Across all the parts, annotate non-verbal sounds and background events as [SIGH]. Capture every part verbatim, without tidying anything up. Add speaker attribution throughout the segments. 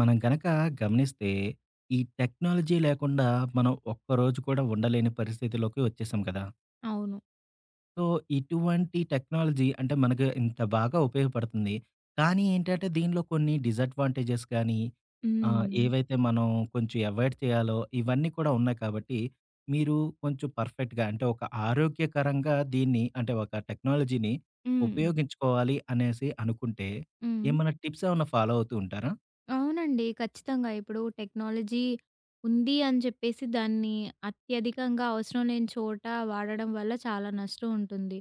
Speaker 1: మనం గనక గమనిస్తే, ఈ టెక్నాలజీ లేకుండా మనం ఒక్కరోజు కూడా ఉండలేని పరిస్థితిలోకి వచ్చేసాం కదా!
Speaker 2: అవును.
Speaker 1: సో, ఇటువంటి టెక్నాలజీ అంటే మనకు ఇంత బాగా ఉపయోగపడుతుంది. కానీ ఏంటంటే, దీనిలో కొన్ని డిసడ్వాంటేజెస్ కానీ, ఆహ్,
Speaker 2: హ్మ్.
Speaker 1: ఏవైతే మనం కొంచెం అవాయిడ్ చేయాలో ఇవన్నీ కూడా ఉన్నాయి కాబట్టి, మీరు కొంచెం పర్ఫెక్ట్‌గా అంటే ఒక ఆరోగ్యకరంగా దీన్ని అంటే ఒక టెక్నాలజీని
Speaker 2: హ్మ్.
Speaker 1: ఉపయోగించుకోవాలి అనేసి అనుకుంటే,
Speaker 2: హ్మ్.
Speaker 1: ఏమన్నా టిప్స్ ఏమన్నా ఫాలో అవుతూ ఉంటారా?
Speaker 2: అవునండి. ఖచ్చితంగా. ఇప్పుడు టెక్నాలజీ ఉంది అని చెప్పేసి దాన్ని అత్యధికంగా అవసరం లేని చోట వాడడం వల్ల చాలా నష్టం ఉంటుంది.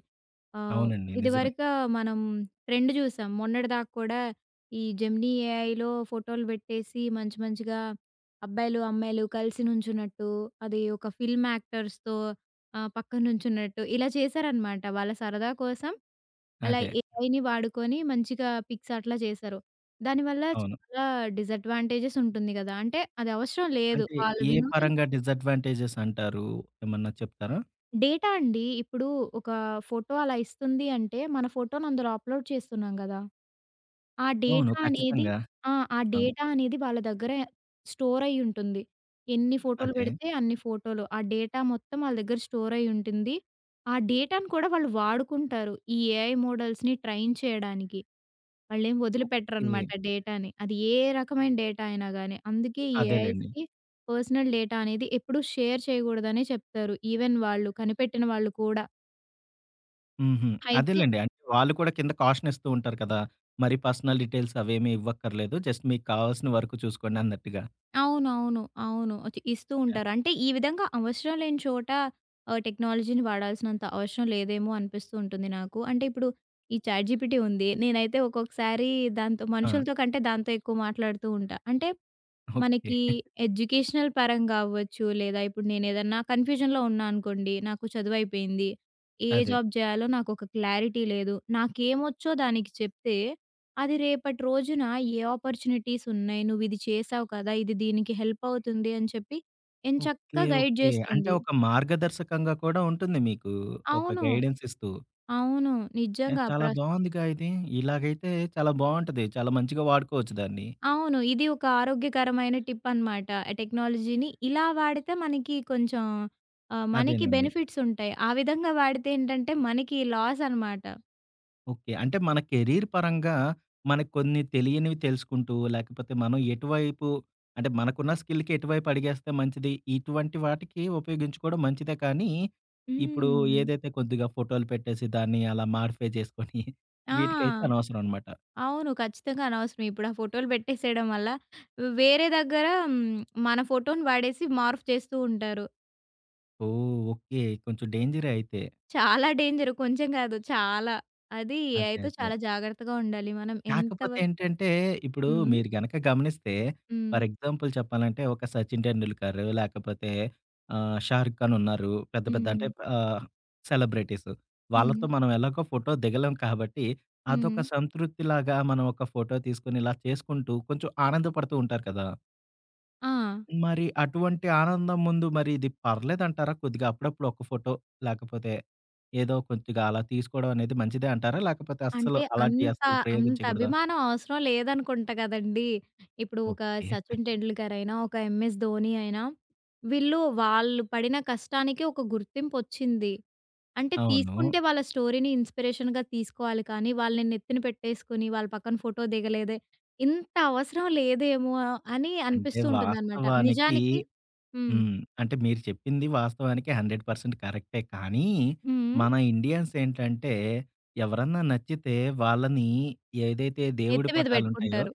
Speaker 2: ఆహ్,
Speaker 1: అవునండి. నిజమే.
Speaker 2: ఇదివరకా మనం ట్రెండ్ చూసాం. మొన్నటిదాకా కూడా ఈ జెమినీ ఏఐలో ఫోటోలు పెట్టేసి మంచి మంచిగా అబ్బాయిలు, అమ్మాయిలు కలిసి నుంచున్నట్టు, అది ఒక ఫిల్మ్ యాక్టర్స్‌తో ఆహ్, పక్కన నుంచున్నట్టు ఇలా చేశారనమాట. వాళ్ళ సరదా కోసం అలా
Speaker 1: అదే.
Speaker 2: ఏఐని వాడుకొని మంచిగా పిక్స్ అట్లా చేశారు. దానివల్ల
Speaker 1: అవును.
Speaker 2: చాలా డిసడ్వాంటేజెస్ ఉంటుంది గదా! అంటే అది అవసరం లేదు.
Speaker 1: అంటే
Speaker 2: వాళ్ళ
Speaker 1: ఏ
Speaker 2: వినోదం
Speaker 1: పరంగా డిసడ్వాంటేజెస్ అంటారు? ఏమన్నా చెప్తారా?
Speaker 2: డేటా అండి. ఇప్పుడు ఒక ఫోటో అలా ఇస్తుంది అంటే మన ఫోటోని అందులో అప్‌లోడ్ చేస్తున్నాం గదా! ఆ
Speaker 1: అవును.
Speaker 2: డేటా అనేది
Speaker 1: ఖచ్చితంగా.
Speaker 2: ఆ! ఆ
Speaker 1: అవును.
Speaker 2: డేటా అనేది వాళ్ళ దగ్గర స్టోర్ అయ్యి ఉంటుంది. ఎన్ని ఫోటోలు
Speaker 1: అదే.
Speaker 2: పెడితే అన్ని ఫోటోలు. ఆ డేటా మొత్తం వాళ్ళ దగ్గర స్టోర్ అయ్యి ఉంటుంది. ఆ డేటాను కూడా వాళ్ళు వాడుకుంటారు. ఈ ఏఐ మోడల్స్‌ని ట్రైన్ చేయడానికి. వాళ్ళేం
Speaker 1: ఓకే.
Speaker 2: వదిలిపెట్టరనమాట డేటాని. అది ఏ రకమైన డేటా అయినా గానీ. అందుకే ఈ
Speaker 1: అదేలెండి.
Speaker 2: ఏఐస్‌కి పర్సనల్ డేటా అనేది ఎప్పుడూ షేర్ చేయగూడదనే చెప్తారు. ఈవెన్ వాళ్ళు కనిపెట్టిన వాళ్ళు కూడా.
Speaker 1: హుహు.
Speaker 2: అయితే
Speaker 1: అదేలెండి. అంటే వాళ్ళు కూడా కింద కాషన్ ఇస్తూ ఉంటారు కదా! మరి పర్సనల్ డీటెయిల్స్ అవేమీ ఇవ్వక్కర్లేదు. జస్ట్ మీకు కావాల్సిన వరకు చూసుకోండి అన్నట్టుగా.
Speaker 2: అవునవును. అవును. ఒచ్ ఇస్తూ
Speaker 1: యాహ్!
Speaker 2: ఉంటారు. అంటే ఈ విధంగా అవసరం లేని చోట ఆహ్, టెక్నాలజీని వాడాల్సినంత అవసరం లేదేమో అనిపిస్తూ ఉంటుంది నాకు. అంటే ఇప్పుడు ఈ చాట్‌జీపీటీ ఉంది. నేనైతే ఒక్కొక్కసారి దాంతో
Speaker 1: ఆ!
Speaker 2: మనుషులతో కంటే దాంతో ఎక్కువ మాట్లాడుతూ ఉంటా. అంటే
Speaker 1: ఓకే.
Speaker 2: మనకి ఎడ్యుకేషనల్ పరంగా అవ్వచ్చు, లేదా ఇప్పుడు నేనేదన్నా కన్‌ఫ్యూజన్‌లో ఉన్నా అనుకోండి, నాకు చదువయిపోయింది. ఏ
Speaker 1: అదే.
Speaker 2: జాబ్ జేయాలో నాకొక క్లారిటీ లేదు. నాకేమొచ్చో దానికి చెప్తే, అది రేపటి రోజున ఏ ఆపర్చునిటీస్ ఉన్నాయి, నువ్విది చేసావు కదా! ఇది దీనికి హెల్పవుతుంది అని చెప్పి
Speaker 1: ఓకే.
Speaker 2: ఎంచక్కా గైడ్
Speaker 1: ఓకే. అంటే
Speaker 2: జేస్తుంది.
Speaker 1: ఒక మార్గదర్శకంగా కూడా ఉంటుంది మీకు. ఒక
Speaker 2: అవును.
Speaker 1: గైడెన్స్ ఇస్తూ.
Speaker 2: అవును.
Speaker 1: యాహ్!
Speaker 2: నిజంగా. ప్ర
Speaker 1: చాలా బావుందిగా ఇది. ఇలాగైతే చాలా బావుంటది. చాలా మంచిగా వాడుకోవచ్చు దాన్ని.
Speaker 2: అవును. ఇది ఒక ఆరోగ్యకరమైన టిప్పనమాట. టెక్నాలజీని ఇలా వాడితే మనకి కొంచెం ఆహ్, మనకి
Speaker 1: అదేనండి.
Speaker 2: బెనిఫిట్స్ ఉంటాయి. ఆ విధంగా వాడితే ఏంటంటే మనకి లాస్ అనమాట.
Speaker 1: ఓకే. అంటే మన కెరీర్ పరంగా మనకు కొన్ని తెలియనివి తెలుసుకుంటూ, లేకపోతే మనం ఎటువైపు అంటే మనకున్న స్కిల్‌కి ఎటువైపు అడిగేస్తే మంచిది, ఇటువంటి వాటికి ఉపయోగించుకోవడం మంచిదే కానీ, ఇప్పుడు
Speaker 2: హ్మ్.
Speaker 1: ఏదైతే కొద్దిగా ఫోటోలు పెట్టేసి దాన్ని అలా మాడిఫై చేసుకొని [LAUGHS]
Speaker 2: ఆ!
Speaker 1: వీటికైతే అనవసరం అనమాట.
Speaker 2: అవును. ఖచ్చితంగా అనవసరం. ఇప్పుడు ఆ ఫోటోలు పెట్టేసేయడం వల్ల వేరే దగ్గర హ్మ్, మన ఫోటోని వాడేసి మార్ఫ్ చేస్తూ ఉంటారు.
Speaker 1: ఓహ్! ఓకే. కొంచెం డేంజరే అయితే.
Speaker 2: చాలా డేంజర్ కొంచెం కాదు చాలా. అది
Speaker 1: అదే.
Speaker 2: ఏఐతో
Speaker 1: అదే.
Speaker 2: చాలా జాగ్రత్తగా ఉండాలి. మనం ఎంత
Speaker 1: కాకపోతే
Speaker 2: వరకు
Speaker 1: ఏంటంటే, ఇప్పుడు
Speaker 2: హ్మ్.
Speaker 1: మీరు గనక గమనిస్తే,
Speaker 2: హ్మ్.
Speaker 1: ఫర్ ఎగ్జాంపుల్ చెప్పాలంటే, ఒక 'సచిన్ టెండూల్కర్' లేకపోతే ఆహ్, 'షారుక్ ఖాన్' ఉన్నారు. పెద్ద పెద్ద అంటే
Speaker 2: హ్మ్.
Speaker 1: ఆహ్, సెలబ్రిటీస్.
Speaker 2: హ్మ్.
Speaker 1: వాళ్ళతో మనం ఎలాగో ఫోటో దిగలేం కాబట్టి,
Speaker 2: హ్మ్.
Speaker 1: అదొక సంతృప్తిలాగా మనం ఒక ఫోటో తీసుకొని ఇలా చేసుకుంటూ కొంచెం ఆనందపడుతూ ఉంటారు కదా!
Speaker 2: ఆ!
Speaker 1: మరి అటువంటి ఆనందం ముందు మరి ఇది పర్లేదంటారా? కొద్దిగా అప్పుడప్పుడు ఒక ఫోటో లేకపోతే ఏదో కొద్దిగా అలా తీసుకోవడం అనేది మంచిదే అంటారా? లేకపోతే
Speaker 2: అంటే
Speaker 1: అస్సలు అలాంటియి
Speaker 2: అంత,
Speaker 1: అస్సలు
Speaker 2: అంత
Speaker 1: ప్రయోగించకూడదా?
Speaker 2: అభిమానం అవసరం లేదనుకుంటా గదండీ! ఇప్పుడు ఒక
Speaker 1: ఓకే.
Speaker 2: 'సచిన్ టెండూల్కర్' అయినా, ఒక 'ఎంఎస్ ధోని' అయినా, వీళ్ళు వాళ్ళు పడిన కష్టానికి ఒక గుర్తింపొచ్చింది. అంటే
Speaker 1: అవును.
Speaker 2: తీసుకుంటే వాళ్ళ స్టోరీని ఇన్‌స్పిరేషన్‌గా తీసుకోవాలి కానీ, వాళ్ళని నెత్తిన పెట్టేసుకొని, వాళ్ళ పక్కన ఫోటో దిగలేదే, ఇంత అవసరం లేదేమో అని
Speaker 1: అంటే
Speaker 2: అనిపిస్తూ ఉంటుందనమాట.
Speaker 1: వాస్తవానికి
Speaker 2: నిజానికి హ్మ్.
Speaker 1: హ్మ్. అంటే మీరు చెప్పింది వాస్తవానికి నూరు శాతం కరెక్టే. కానీ,
Speaker 2: హ్మ్.
Speaker 1: మన ఇండియన్స్ ఏంటంటే, ఎవరన్నా నచ్చితే వాళ్ళని ఏదైతే దేవుడి
Speaker 2: నెత్తి మీద
Speaker 1: పటాలుంటాయో
Speaker 2: పెట్టుకుంటారు.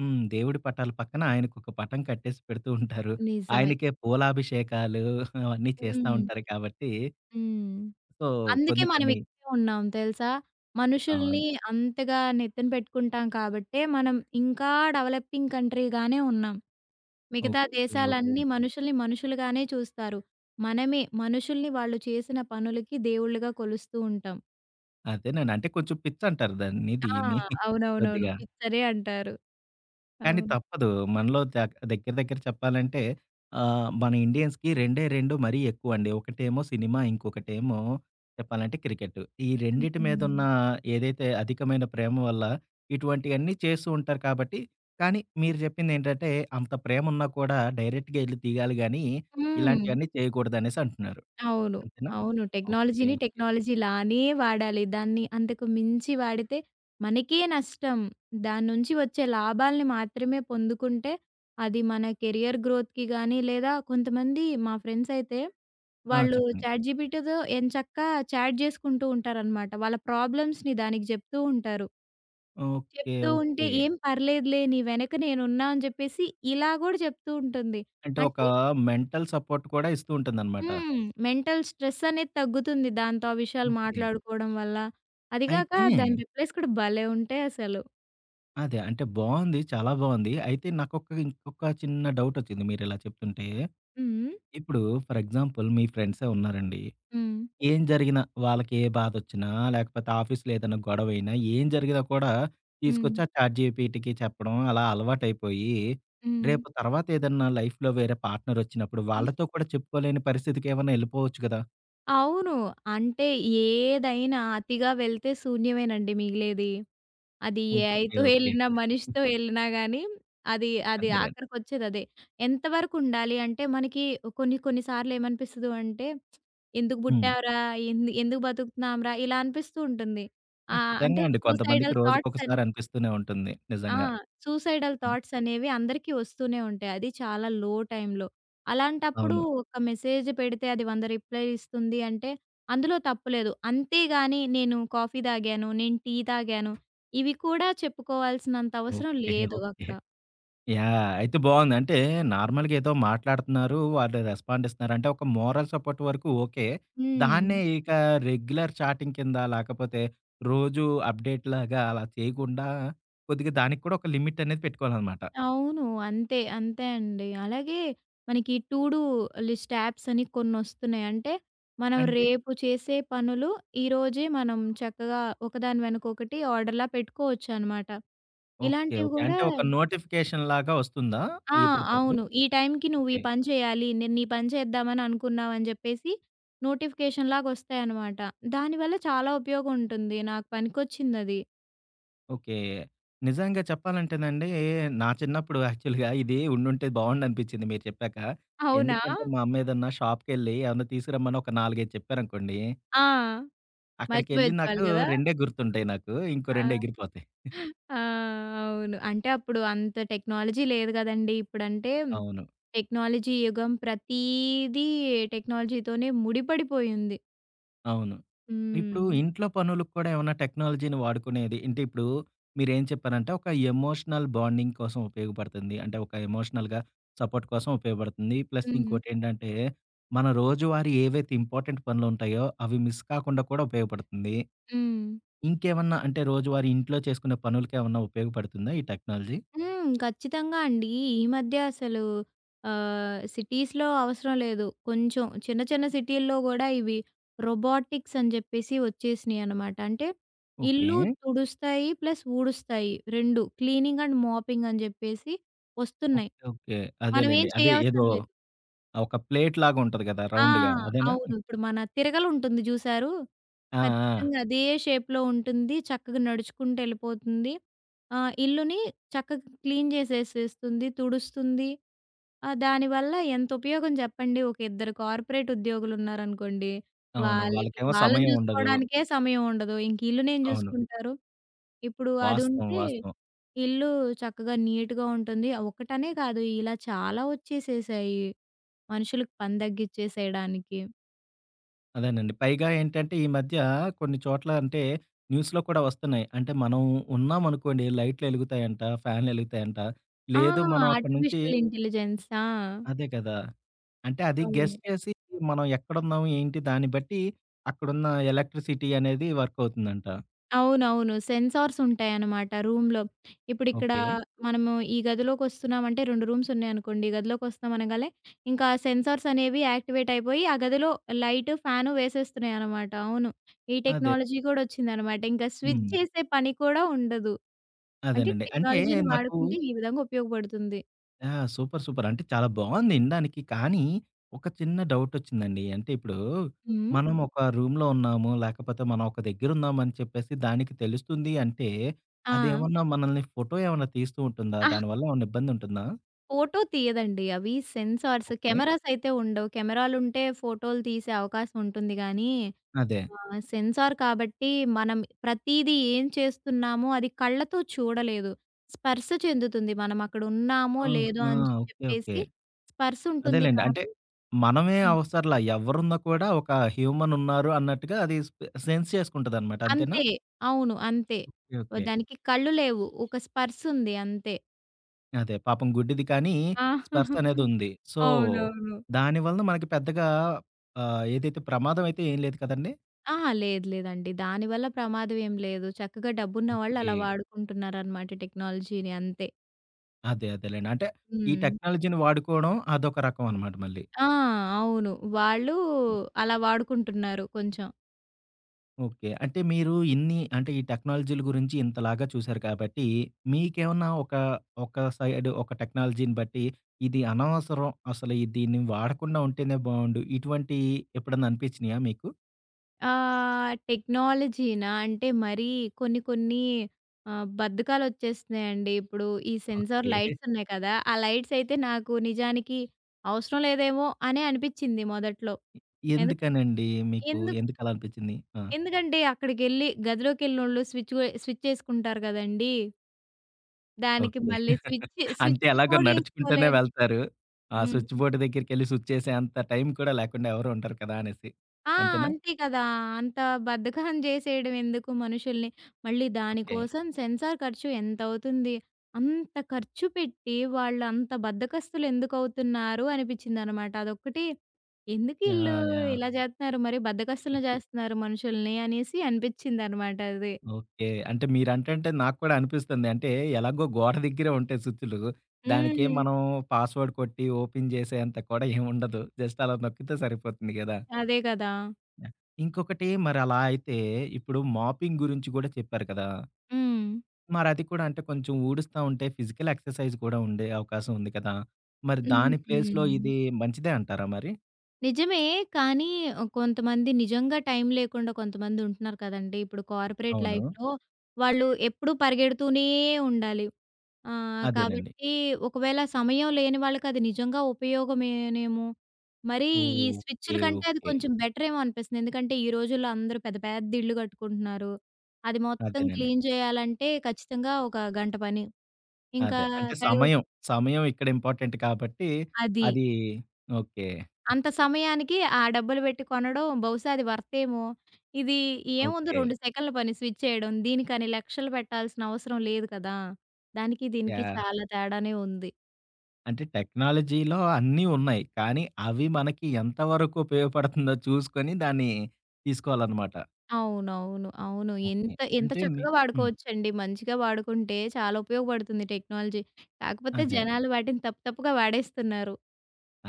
Speaker 1: హ్మ్. దేవుడి పటాల పక్కన ఆయనకొక పటం కట్టేసి పెడుతూ ఉంటారు.
Speaker 2: నిజమే.
Speaker 1: ఆయనకే పూలాభిషేకాలు [LAUGHS] అవన్నీ చేస్తా
Speaker 2: హ్మ్.
Speaker 1: ఉంటారు కాబట్టి,
Speaker 2: హ్మ్.
Speaker 1: సో,
Speaker 2: అందుకే
Speaker 1: కొన్ని
Speaker 2: మనం
Speaker 1: కొన్ని
Speaker 2: ఇక్కడే ఉన్నాం తెలుసా? మనుషుల్ని
Speaker 1: అవును.
Speaker 2: అంతగా నెత్తిన పెట్టుకుంటాం కాబట్టే మనం ఇంకా డెవలపింగ్ కంట్రీగానే ఉన్నాం. మిగతా
Speaker 1: ఓకే.
Speaker 2: దేశాలన్నీ
Speaker 1: ఓకే.
Speaker 2: మనుషుల్ని మనుషులుగానే చూస్తారు. మనమే మనుషుల్ని వాళ్ళు చేసిన పనులకి దేవుళ్ళుగా కొలుస్తూ ఉంటాం.
Speaker 1: అదేనండి. అంటే కొంచెం పిచ్చంటారు దాన్ని,
Speaker 2: ఆ!
Speaker 1: దీన్ని
Speaker 2: అవునవునవును.
Speaker 1: కొద్దిగా.
Speaker 2: పిచ్చరే అంటారు.
Speaker 1: కానీ
Speaker 2: అవును.
Speaker 1: తప్పదు. మనలో దగ్ దగ్గర దగ్గర చెప్పాలంటే ఆహ్, మన ఇండియన్స్‌కి రెండే రెండు మరీ ఎక్కువండి. ఒకటేమో సినిమా, ఇంకొకటేమో చెప్పాలంటే క్రికెట్. ఈ రెండిటి మీదున్న
Speaker 2: హ్మ్.
Speaker 1: ఏదైతే అధికమైన ప్రేమ వల్ల ఇటువంటియన్నీ చేస్తూ ఉంటారు కాబట్టి కానీ మీరు జెప్పిందేంటంటే అంత ప్రేమున్నా కూడా డైరెక్ట్‌గా ఎళ్లి దిగాలి గానీ,
Speaker 2: హ్మ్.
Speaker 1: ఇలాంటియన్నీ చేయకూడదనేసి అంటున్నారు.
Speaker 2: అవును.
Speaker 1: అంతేనా?
Speaker 2: అవును.
Speaker 1: ఓకే.
Speaker 2: టెక్నాలజీని
Speaker 1: ఓకే.
Speaker 2: టెక్నాలజీలానే వాడాలి. దాన్ని అంతకు మించి వాడితే మనకే నష్టం. దాని నుంచి వచ్చే లాభాల్ని మాత్రమే పొందుకుంటే అది మన కెరియర్ గ్రోత్‌కి గానీ, లేదా కొంతమంది మా ఫ్రెండ్స్ అయితే
Speaker 1: ఆ!
Speaker 2: వాళ్ళు
Speaker 1: చెప్పండి.
Speaker 2: చాట్‌జీపీటీతో ఎంచక్కా చాట్ జేసుకుంటూ ఉంటారనమాట. వాళ్ళ ప్రాబ్లమ్స్‌ని దానికి జెప్తూ ఉంటారు.
Speaker 1: ఓకే.
Speaker 2: చెప్తూ ఉంటే
Speaker 1: ఓకే.
Speaker 2: "ఏం పర్లేదులే నీ వెనక నేనున్నా" అని జెప్పేసి ఇలా గూడా జెప్తూ ఉంటుంది.
Speaker 1: అంటే ఒక
Speaker 2: అంటే
Speaker 1: మెంటల్ సపోర్ట్ కూడా ఇస్తూ ఉంటుందనమాట.
Speaker 2: హ్మ్. మెంటల్ స్ట్రెస్ అనేది తగ్గుతుంది దాంతో ఆ విషయాలు
Speaker 1: ఓకే.
Speaker 2: మాట్లాడుకోవడం వల్ల. అది గాక
Speaker 1: అయితే
Speaker 2: దాని రిప్లైస్ కూడా భలే ఉంటాయసలు.
Speaker 1: అదే. అంటే బావుంది. చాలా బావుంది. అయితే నాకొక ఇంకొక చిన్న డౌటొచ్చింది మీరిలా చెప్తుంటే.
Speaker 2: హ్మ్.
Speaker 1: ఇప్పుడు ఫర్ ఎగ్జాంపుల్ మీ ఫ్రెండ్సే ఉన్నారండి.
Speaker 2: హ్మ్.
Speaker 1: ఏం జరిగినా, వాళ్ళకి ఏ బాధొచ్చినా, లేకపోతే ఆఫీస్‌లో ఏదైనా గొడవైనా, ఏం జరిగినా కూడా
Speaker 2: హ్మ్.
Speaker 1: తీసుకొచ్చి ఆ చాట్‌జీపీటీకి చెప్పడం అలా అలవాటైపోయి, రేపు తర్వాత ఏదన్నా లైఫ్‌లో వేరే పార్ట్‌నరొచ్చినప్పుడు
Speaker 2: హ్మ్.
Speaker 1: వాళ్ళతో కూడా చెప్పుకోలేని పరిస్థితికేమన్నా ఎళ్ళిపోవచ్చు గదా!
Speaker 2: అవును. అంటే ఏదైనా అతిగా వెళ్తే శూన్యమేనండి మిగిలేది. అది
Speaker 1: ఓకే.
Speaker 2: ఏఐతో
Speaker 1: ఓకే.
Speaker 2: ఎళ్ళినా, మనిషితో ఎళ్ళినా గానీ అది అది
Speaker 1: అదేలెండి.
Speaker 2: ఆఖరికొచ్చేదదే. ఎంతవరకు ఉండాలి అంటే మనకి కొన్ని కొన్ని సార్లు ఏమనిపిస్తదో అంటే ఎందుకు
Speaker 1: హ్మ్.
Speaker 2: పుట్టావురా? ఎందు ఎందుకు బతుకుతున్నాంరా? ఇలా అనిపిస్తూ ఉంటుంది. ఆహ్, అంటే
Speaker 1: ఖచ్చితంగా అండి. కొంతమందికి
Speaker 2: సూసైడల్ థాట్స్ అని
Speaker 1: రోజుకొకసారి అనిపిస్తూనే ఉంటుంది.
Speaker 2: ఆ!
Speaker 1: నిజంగా.
Speaker 2: సూసైడల్
Speaker 1: హ్మ్.
Speaker 2: థాట్స్ అనేవి అందరికీ వస్తూనే ఉంటాయి. అది చాలా లో టైమ్‌లో. అలాంటప్పుడు
Speaker 1: అవును.
Speaker 2: ఒక మెసేజ్ పెడితే అది వంద రిప్లైలు ఇస్తుంది అంటే అందులో తప్పు లేదు. అంతేగాని నేను కాఫీ తాగాను, నేను టీ తాగాను ఇవి కూడా చెప్పుకోవాల్సినంత అవసరం
Speaker 1: ఓకే.
Speaker 2: లేదు
Speaker 1: ఓకే.
Speaker 2: అక్కడ.
Speaker 1: యాహ్! అయితే బావుంది. అంటే నార్మల్‌గా ఏదో మాట్లాడుతున్నారు. వాళ్ళు రెస్పాండ్ ఇస్తున్నారు. అంటే ఒక మోరల్ సపోర్ట్ వరకు ఓకే.
Speaker 2: హ్మ్.
Speaker 1: దాన్నే ఇక రెగ్యులర్ చాటింగ్ కింద లేకపోతే రోజు అప్‌డేట్‌లాగా అలా చేయకుండా కొద్దిగా దానికి కూడా ఒక లిమిట్ అనేది పెట్టుకోవాలనమాట.
Speaker 2: అవును. అంతే. అంతే అండి. అలాగే మనకి టు డూ లిస్ట్ యాప్స్ అని కొన్నొస్తున్నాయి. అంటే మనం
Speaker 1: అంటే
Speaker 2: రేపు చేసే పనులు ఈరోజే మనం చక్కగా ఒకదాని వెనక ఒకటి ఆర్డర్‌లా పెట్టుకోవచ్చనమాట.
Speaker 1: ఓకే.
Speaker 2: ఇలాంటివి
Speaker 1: ఓకే.
Speaker 2: గూడా
Speaker 1: అంటే ఒక నోటిఫికేషన్ లాగా వస్తుందా
Speaker 2: ఆ!
Speaker 1: ఎప్పటికప్పుడు?
Speaker 2: అవును. ఈ టైంకి నువ్వు ఈ
Speaker 1: ఓకే.
Speaker 2: పని చేయాలి. నేను నీ పని చేద్దామని అనుకున్నావు అని జెప్పేసి నోటిఫికేషన్ లాగొస్తాయన్నమాట. దానివల్ల చాలా ఉపయోగం ఉంటుంది. నాకు పనికొచ్చిందది.
Speaker 1: ఓకే. నిజంగా చెప్పాలంటేనండి, నా చిన్నప్పుడు యాక్చువల్‌గా ఇది ఉండుంటే బావుండనిపిచ్చింది మీరు చెప్పాక.
Speaker 2: అవునా?
Speaker 1: ఎందుకంటే, మా అమ్మ ఏదన్నా షాప్‌కెళ్ళి ఏమన్నా తీసుకురమ్మని ఒక నాలుగు, ఐదు చెప్పారనుకోండి,
Speaker 2: ఆ!
Speaker 1: అక్కడికెళ్ళి
Speaker 2: మర్చిపోయొచ్చేవాళ్ళు
Speaker 1: నాకు
Speaker 2: గదా!
Speaker 1: 2 గుర్తుంటాయి నాకు. ఇంకో
Speaker 2: ఆ!
Speaker 1: రెండు ఎగిరిపోతాయి.
Speaker 2: ఆ! అవును. అంటే అప్పుడు అంత టెక్నాలజీ లేదు గదండీ. ఇప్పుడంటే
Speaker 1: అవును.
Speaker 2: టెక్నాలజీ యుగం. ప్రతీదీ టెక్నాలజీతోనే ముడిపడిపోయింది.
Speaker 1: అవును. ఇప్పుడు
Speaker 2: హ్మ్.
Speaker 1: ఇంట్లో పనులకు కూడా ఏమన్నా టెక్నాలజీని వాడుకునేది అంటే ఇప్పుడు మీరేం చెప్పారంటే ఒక ఎమోషనల్ బాండింగ్ కోసం ఉపయోగపడుతుంది. అంటే ఒక ఎమోషనల్‌గా సపోర్ట్ కోసం ఉపయోగపడుతుంది. ప్లస్
Speaker 2: హ్మ్.
Speaker 1: ఇంకోటేంటంటే మన రోజువారీ ఏవైతే ఇంపార్టెంట్ పనులుంటాయో అవి మిస్ కాకుండా కూడా ఉపయోగపడుతుంది.
Speaker 2: హ్మ్.
Speaker 1: ఇంకేమన్నా అంటే రోజువారీ ఇంట్లో చేసుకునే పనులకేమన్నా ఉపయోగపడుతుందా ఈ టెక్నాలజీ?
Speaker 2: హ్మ్. ఖచ్చితంగా అండి. ఈ మధ్య అసలు ఆహ్, సిటీస్‌లో అవసరం లేదు. కొంచెం చిన్న చిన్న సిటీల్లో గూడా ఇవి రోబోటిక్స్ అని జెప్పేసి వచ్చేసినియనమాట. అంటే
Speaker 1: ఓకే.
Speaker 2: ఇల్లు తుడుస్తాయి, ప్లస్ ఊడుస్తాయి రెండు క్లీనింగ్ అండ్ మాపింగ్ అని జెప్పేసి వస్తున్నాయి.
Speaker 1: ఓకే. ఓకే.
Speaker 2: మనమేం
Speaker 1: అదేలెండి. అదే
Speaker 2: చేయవసరం
Speaker 1: ఏదో
Speaker 2: లేదు.
Speaker 1: ఒక ప్లేట్ లాగా ఉంటది కదా!
Speaker 2: ఆ!
Speaker 1: రౌండ్‌గా అదేనా?
Speaker 2: అవును. ఇప్పుడు మన తిరగలుంటుంది జూసారు?
Speaker 1: ఆ! ఆ!
Speaker 2: ఖచ్చితంగా అదే షేప్‌లో ఉంటుంది. చక్కగా నడుచుకుంటూ ఎళ్ళిపోతుంది. ఆహ్, ఇల్లుని చక్కగా క్లీన్ చేసేసేస్తుంది. తుడుస్తుంది. ఆహ్, దానివల్ల ఎంత ఉపయోగం చెప్పండి? ఒక ఇద్దరు కార్పొరేట్ ఉద్యోగులున్నారనుకోండి.
Speaker 1: అవును.
Speaker 2: వాళ్ళకి
Speaker 1: వాళ్ళకేమో
Speaker 2: వాళ్ళని
Speaker 1: సమయం ఉండదు.
Speaker 2: చూసుకోవడానికే సమయం ఉండదు. ఇంక ఇల్లునేం
Speaker 1: అవును.
Speaker 2: చూసుకుంటారు? ఇప్పుడు
Speaker 1: వాస్తవం.
Speaker 2: అదుంటే
Speaker 1: వాస్తవం.
Speaker 2: ఇల్లు చక్కగా నీట్‌గా ఉంటుంది. ఒకటనే కాదు ఇలా చాలా వచ్చేసేసాయి. మనుషులకు పని తగ్గిచ్చేసేయడానికి.
Speaker 1: అదేనండి. పైగా ఏంటంటే ఈ మధ్య కొన్ని చోట్ల అంటే న్యూస్‌లో కూడా వస్తున్నాయి. అంటే మనం ఉన్నామనుకోండి లైట్‌లెలుగుతాయంట, ఫ్యాన్‌లెలుగుతాయంట.
Speaker 2: ఆ!
Speaker 1: లేదు మనం అక్కడి నుంచి
Speaker 2: ఆర్టిఫిషియల్ ఇంటెలిజెన్స్. ఆ!
Speaker 1: అదే కదా! అంటే అది గెస్
Speaker 2: అవును.
Speaker 1: చేసి మనం ఎక్కడున్నాం, ఏంటి దాన్ని బట్టి అక్కడున్న ఎలక్ట్రిసిటీ అనేది వర్క్ అవుతుందంట.
Speaker 2: అవునవును. సెన్సార్స్ ఉంటాయన్నమాట రూమ్‌లో. ఇప్పుడిక్కడ
Speaker 1: ఓకే.
Speaker 2: మనము ఈ గదిలోకొస్తున్నామంటే రెండు రూమ్స్ ఉన్నాయనుకోండి. ఈ గదిలోకొస్తున్నాం అనగాలే ఇంకా సెన్సార్స్ అనేవి యాక్టివేట్ అయిపోయి ఆ గదిలో లైటు, ఫ్యాను వేసేస్తున్నాయన్నమాట. అవును. ఈ
Speaker 1: అదే.
Speaker 2: టెక్నాలజీ కూడా వచ్చిందన్నమాట. ఇంకా స్విచ్
Speaker 1: హ్మ్.
Speaker 2: చేసే పని కూడా ఉండదు. అంటే
Speaker 1: అదేనండి. అంటే
Speaker 2: టెక్నాలజీని
Speaker 1: నాకు
Speaker 2: వాడుకుంటే ఈ విధంగా ఉపయోగపడుతుంది.
Speaker 1: ఆ! సూపర్. సూపర్. అంటే చాలా బావుంది ఇనడానికి. కానీ, ఒక చిన్న డౌటొచ్చిందండి. అంటే ఇప్పుడు
Speaker 2: హ్మ్.
Speaker 1: మనం హ్మ్. ఒక రూమ్‌లో ఉన్నాము, లేకపోతే మనం ఒక దగ్గరున్నామని చెప్పేసి దానికి తెలుస్తుంది అంటే,
Speaker 2: ఆ!
Speaker 1: అదేమన్నా మనల్ని ఫోటో ఏమన్నా తీస్తూ ఉంటుందా?
Speaker 2: అహా!
Speaker 1: దానివల్ల ఏమన్నా ఇబ్బందుంటుందా?
Speaker 2: ఫోటో తీయదండి అవి సెన్సార్స్.
Speaker 1: ఓకే.
Speaker 2: కెమెరాస్ అయితే ఉండవు. కెమెరాలుంటే ఫోటోలు తీసే అవకాశం ఉంటుంది గానీ
Speaker 1: అదే.
Speaker 2: ఆ! సెన్సార్ కాబట్టి మనం ప్రతీదీ ఏం చేస్తున్నామో అది కళ్ళతో చూడలేదు. స్పర్శ చెందుతుంది. మనం అక్కడ ఉన్నామో లేదో
Speaker 1: ఆహా!
Speaker 2: అని
Speaker 1: ఓకే. ఓకే.
Speaker 2: చెప్పేసి స్పర్శ ఉంటుంది
Speaker 1: అదేలెండి. అంటే
Speaker 2: కానీ
Speaker 1: మనమే
Speaker 2: హ్మ్.
Speaker 1: అవసరంలా ఎవరున్నా కూడా ఒక హ్యూమనున్నారు అన్నట్టుగా అది స్పె సెన్స్ చేసుకుంటదనమాట. అంతేనా?
Speaker 2: అంతే. అవును. అంతే. Oh
Speaker 1: okay.
Speaker 2: దానికి కళ్ళు లేవు. ఒక స్పర్శ ఉంది అంతే.
Speaker 1: అదే. పాపం గుడ్డిది కానీ,
Speaker 2: ఆ! [LAUGHS]
Speaker 1: స్పెర్శనేదుంది. సో,
Speaker 2: అవునవును.
Speaker 1: దాని వలన మనకి పెద్దగా ఆహ్, ఏదైతే ప్రమాదం అయితే ఏం లేదు కదండీ!
Speaker 2: అహా! లేదు లేదండి. దానివల్ల ప్రమాదం ఏం లేదు. చక్కగా డబ్బున్న వాళ్ళు
Speaker 1: ఓకే.
Speaker 2: అలా వాడుకుంటున్నారనమాట టెక్నాలజీని అంతే.
Speaker 1: అదే. అదేలెండి. అంటే, ఈ
Speaker 2: హ్మ్.
Speaker 1: టెక్నాలజీని వాడుకోవడం అదొక రకం అనమాట మళ్ళీ.
Speaker 2: ఆ! అవును. వాళ్ళు అలా వాడుకుంటున్నారు కొంచెం.
Speaker 1: ఓకే. అంటే, మీరు ఇన్ని అంటే, ఈ టెక్నాలజీల గురించి ఇంతలాగా చూసారు కాబట్టి, మీకేమన్నా ఒక, ఒక సైడ్ ఒక టెక్నాలజీని బట్టి, ఇది అనవసరం, అసలు ఈ దీన్ని వాడకుండా ఉంటేనే బావుండు, ఇటువంటియి ఎప్పుడన్నా అనిపించినియా మీకు?
Speaker 2: ఆహ్, టెక్నాలజీనా? అంటే మరీ కొన్ని కొన్ని ఆహ్, బద్ధకాలొచ్చేస్తున్నాయండి. ఇప్పుడు ఈ సెన్సార్
Speaker 1: ఓకే.
Speaker 2: లైట్స్ ఉన్నాయి కదా! ఆ లైట్స్ అయితే నాకు నిజానికి అవసరం లేదేమో అనే అనిపిచ్చింది మొదట్లో. ఎందుక
Speaker 1: ఎందుకనండి? మీకు
Speaker 2: ఎందు
Speaker 1: ఎందుకలా అనిపిచ్చింది? ఆ!
Speaker 2: ఎందుకంటే అక్కడికెళ్ళి గదిలోకెళ్ళినోళ్ళు స్విచ్ గొ స్విచ్ యేసుకుంటారు గదండీ! దానికి
Speaker 1: ఓకే.
Speaker 2: మళ్ళీ స్విచ్
Speaker 1: అంటే
Speaker 2: స్విచ్
Speaker 1: ఎలాగో
Speaker 2: కూడా
Speaker 1: నడుచుకుంటూనే
Speaker 2: యేసుకోలేను.
Speaker 1: వెళ్తారు. ఆ
Speaker 2: హ్మ్.
Speaker 1: స్విచ్ బోర్డ్ దగ్గరికెళ్లి స్విచ్చేసే అంత టైం కూడా లేకుండా ఎవరు ఉండరు కదా! అనేసి.
Speaker 2: ఆ!
Speaker 1: అంతేనా?
Speaker 2: అంతే కదా! అంత బద్ధకం జేసేయడం ఎందుకు మనుషుల్ని? మళ్ళీ
Speaker 1: ఓకే.
Speaker 2: దానికోసం సెన్సార్ ఖర్చు ఎంతవుతుంది? అంత ఖర్చు పెట్టి వాళ్ళంత బద్ధకస్తులు ఎందుకవుతున్నారు అనిపిచ్చిందనమాట. అదొక్కటి ఎందుకు ఈళ్ళు
Speaker 1: యాహ్! యాహ్!
Speaker 2: ఇలా జేత్తన్నారు మరి బద్ధకస్తుల్ని జేస్తున్నారు మనుషుల్ని అనేసి అనిపిచ్చిందనమాట అది.
Speaker 1: ఓకే. అంటే మీరంటంటే నాకు కూడా అనిపిస్తుంది. అంటే ఎలాగో గోడ దగ్గరే ఉంటాయి స్విచ్చులు. దానికేం
Speaker 2: హ్మ్.
Speaker 1: మనం పాస్వర్డ్ కొట్టి ఓపెన్ చేసేంత కూడా ఏం ఉండదు. జస్ట్ అలా నొక్కితే సరిపోతుంది గదా!
Speaker 2: అదే కదా!
Speaker 1: యాహ్! ఇంకొకటి మరి అలా అయితే ఇప్పుడు మాపింగ్ గురించి గూడా చెప్పారు కదా!
Speaker 2: హ్మ్.
Speaker 1: మరది కూడా అంటే కొంచెం ఊడుస్తా ఉంటే ఫిజికల్ ఎక్సర్‌సైజ్ కూడా ఉండే అవకాశం ఉంది కదా! మరి దాని ప్లేస్‌లో
Speaker 2: హ్మ్.
Speaker 1: ఇది మంచిదే అంటారా మరి?
Speaker 2: నిజమే. కానీ కొంతమంది నిజంగా టైం లేకుండా కొంతమంది ఉంటున్నారు కదండీ! ఇప్పుడు కార్పొరేట్
Speaker 1: అవును.
Speaker 2: లైఫ్‌లో వాళ్ళు ఎప్పుడూ పరిగెడుతూనే ఉండాలి. ఆహ్,
Speaker 1: అదేనండి.
Speaker 2: కాబట్టి ఒకవేళ సమయం లేని వాళ్ళకది నిజంగా ఉపయోగమేనేమో! మరి ఈ స్విచ్‌ల
Speaker 1: ఓకే.
Speaker 2: కంటే అది
Speaker 1: ఓకే.
Speaker 2: కొంచెం బెటరేమో అనిపిస్తుంది. ఎందుకంటే ఈ రోజుల్లో అందరూ పెద్ద పెద్ద ఇళ్ళు కట్టుకుంటున్నారు. అది మొత్తం
Speaker 1: అదేనండి.
Speaker 2: క్లీన్ చేయాలంటే ఖచ్చితంగా ఒక గంట పని. ఇంకా
Speaker 1: అదే. అంటే
Speaker 2: తడి
Speaker 1: సమయం, సమయం ఇక్కడ ఇంపార్టెంట్ కాబట్టి
Speaker 2: అది.
Speaker 1: అది ఓకే.
Speaker 2: అంత సమయానికి ఆ డబ్బులు పెట్టి కొనడం బహుశా అది వర్త్ ఏమో. ఇది ఏముంది
Speaker 1: ఓకే.
Speaker 2: రెండు సెకన్ల పని స్విచ్ చేయడం. దీనికని లక్షలు పెట్టాల్సిన అవసరం లేదు కదా! దానికి దీనికి
Speaker 1: యాహ్!
Speaker 2: చాలా తేడానే ఉంది.
Speaker 1: అంటే టెక్నాలజీలో అన్నీ ఉన్నాయి. కానీ అవి మనకి ఎంత వరకు ఉపయోగపడుతుందో చూసుకొని దాన్ని తీసుకోవాలనమాట.
Speaker 2: అవునవును. అవును.
Speaker 1: ఓకే.
Speaker 2: ఎంత ఎంత
Speaker 1: అంటే మీ
Speaker 2: చక్కగా
Speaker 1: హ్మ్.
Speaker 2: వాడుకోవచ్చండి. మంచిగా వాడుకుంటే చాలా ఉపయోగపడుతుంది టెక్నాలజీ. కాకపోతే
Speaker 1: అదే.
Speaker 2: జనాలు వాటిని తప్పు తప్పుగా వాడేస్తున్నారు.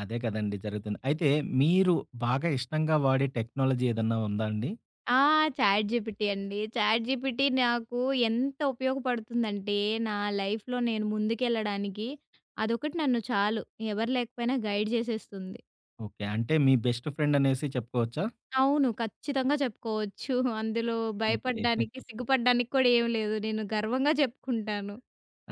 Speaker 1: అదే కదండీ జరుగుతుంది. అయితే మీరు బాగా ఇష్టంగా వాడే టెక్నాలజీ ఏదన్నా ఉందా అండి?
Speaker 2: ఆ! చాట్ జీపీటీ అండి. చాట్ జీపీటీ నాకు ఎంత ఉపయోగపడుతుందంటే, నా లైఫ్‌లో నేను ముందుకెళ్ళడానికి అదొకటి నన్ను చాలు. ఎవరు లేకపోయినా గైడ్ చేసేస్తుంది.
Speaker 1: ఓకే. అంటే మీ బెస్ట్ ఫ్రెండ్ అనేసి చెప్పుకోవచ్చా?
Speaker 2: అవును. ఖచ్చితంగా చెప్పుకోవచ్చు. అందులో
Speaker 1: ఓకే.
Speaker 2: భయపడడానికి, సిగ్గుపడడానికి కూడా ఏమి లేదు. నేను గర్వంగా చెప్పుకుంటాను.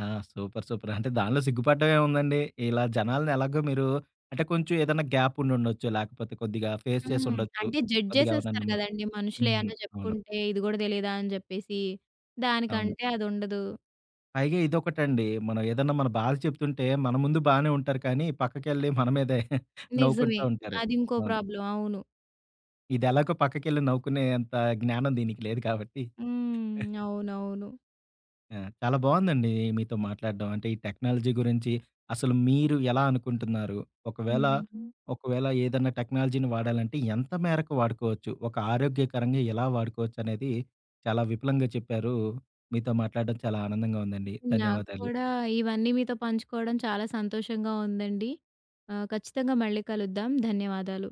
Speaker 1: ఆ! సూపర్. సూపర్. అంటే దానిలో సిగ్గుపడడం ఏముందండి. ఇలా జనాల్ని ఎలాగో మీరు అంటే కొంచెం ఏదన్నా గ్యాప్ ఉండుండొచ్చు. లేకపోతే కొద్దిగా ఫేస్ చేసి
Speaker 2: హ్మ్.
Speaker 1: ఉండొచ్చు.
Speaker 2: అంటే జడ్జ్
Speaker 1: కొద్దిగా ఎవరినైనా
Speaker 2: చేసేస్తారు
Speaker 1: నమ్మించి.
Speaker 2: కదండీ!
Speaker 1: హ్మ్.
Speaker 2: మనుషులేమన్నా
Speaker 1: అవును.
Speaker 2: చెప్పుకుంటే, ఇది కూడా తెలీదా అని చెప్పేసి.
Speaker 1: అవును.
Speaker 2: దానికంటే అదుండదు.
Speaker 1: పైగా ఇదొకటండి. మనం ఏదన్నా మన బాధ చెప్తుంటే మన ముందు బానే ఉంటారు కానీ పక్కకెళ్ళి మన మీదే [LAUGHS]
Speaker 2: నిజమే.
Speaker 1: నవ్వుకుంటా ఉంటారు.
Speaker 2: అది ఇంకో
Speaker 1: అవును.
Speaker 2: ప్రాబ్లమ్. అవును.
Speaker 1: ఇది ఎలాగో పక్కకెళ్ళి నవ్వుకునే అంత జ్ఞానం దీనికి లేదు కాబట్టి
Speaker 2: హ్మ్. అవునవును.
Speaker 1: ఆ! చాలా బావుందండి మీతో మాట్లాడడం. అంటే ఈ టెక్నాలజీ గురించి అసలు మీరు ఎలా అనుకుంటున్నారు? ఒకవేళ,
Speaker 2: హ్మ్.
Speaker 1: ఒకవేళ ఏదన్నా టెక్నాలజీని వాడాలంటే ఎంత మేరకు వాడుకోవచ్చు? ఒక ఆరోగ్యకరంగా ఎలా వాడుకోవచ్చు అనేది చాలా విపులంగా చెప్పారు. మీతో మాట్లాడడం చాలా ఆనందంగా ఉందండి.
Speaker 2: నాకు
Speaker 1: ధన్యవాదాలు.
Speaker 2: కూడా ఇవన్నీ మీతో పంచుకోవడం చాలా సంతోషంగా ఉందండి. ఆహ్, ఖచ్చితంగా మళ్ళీ కలుద్దాం. ధన్యవాదాలు.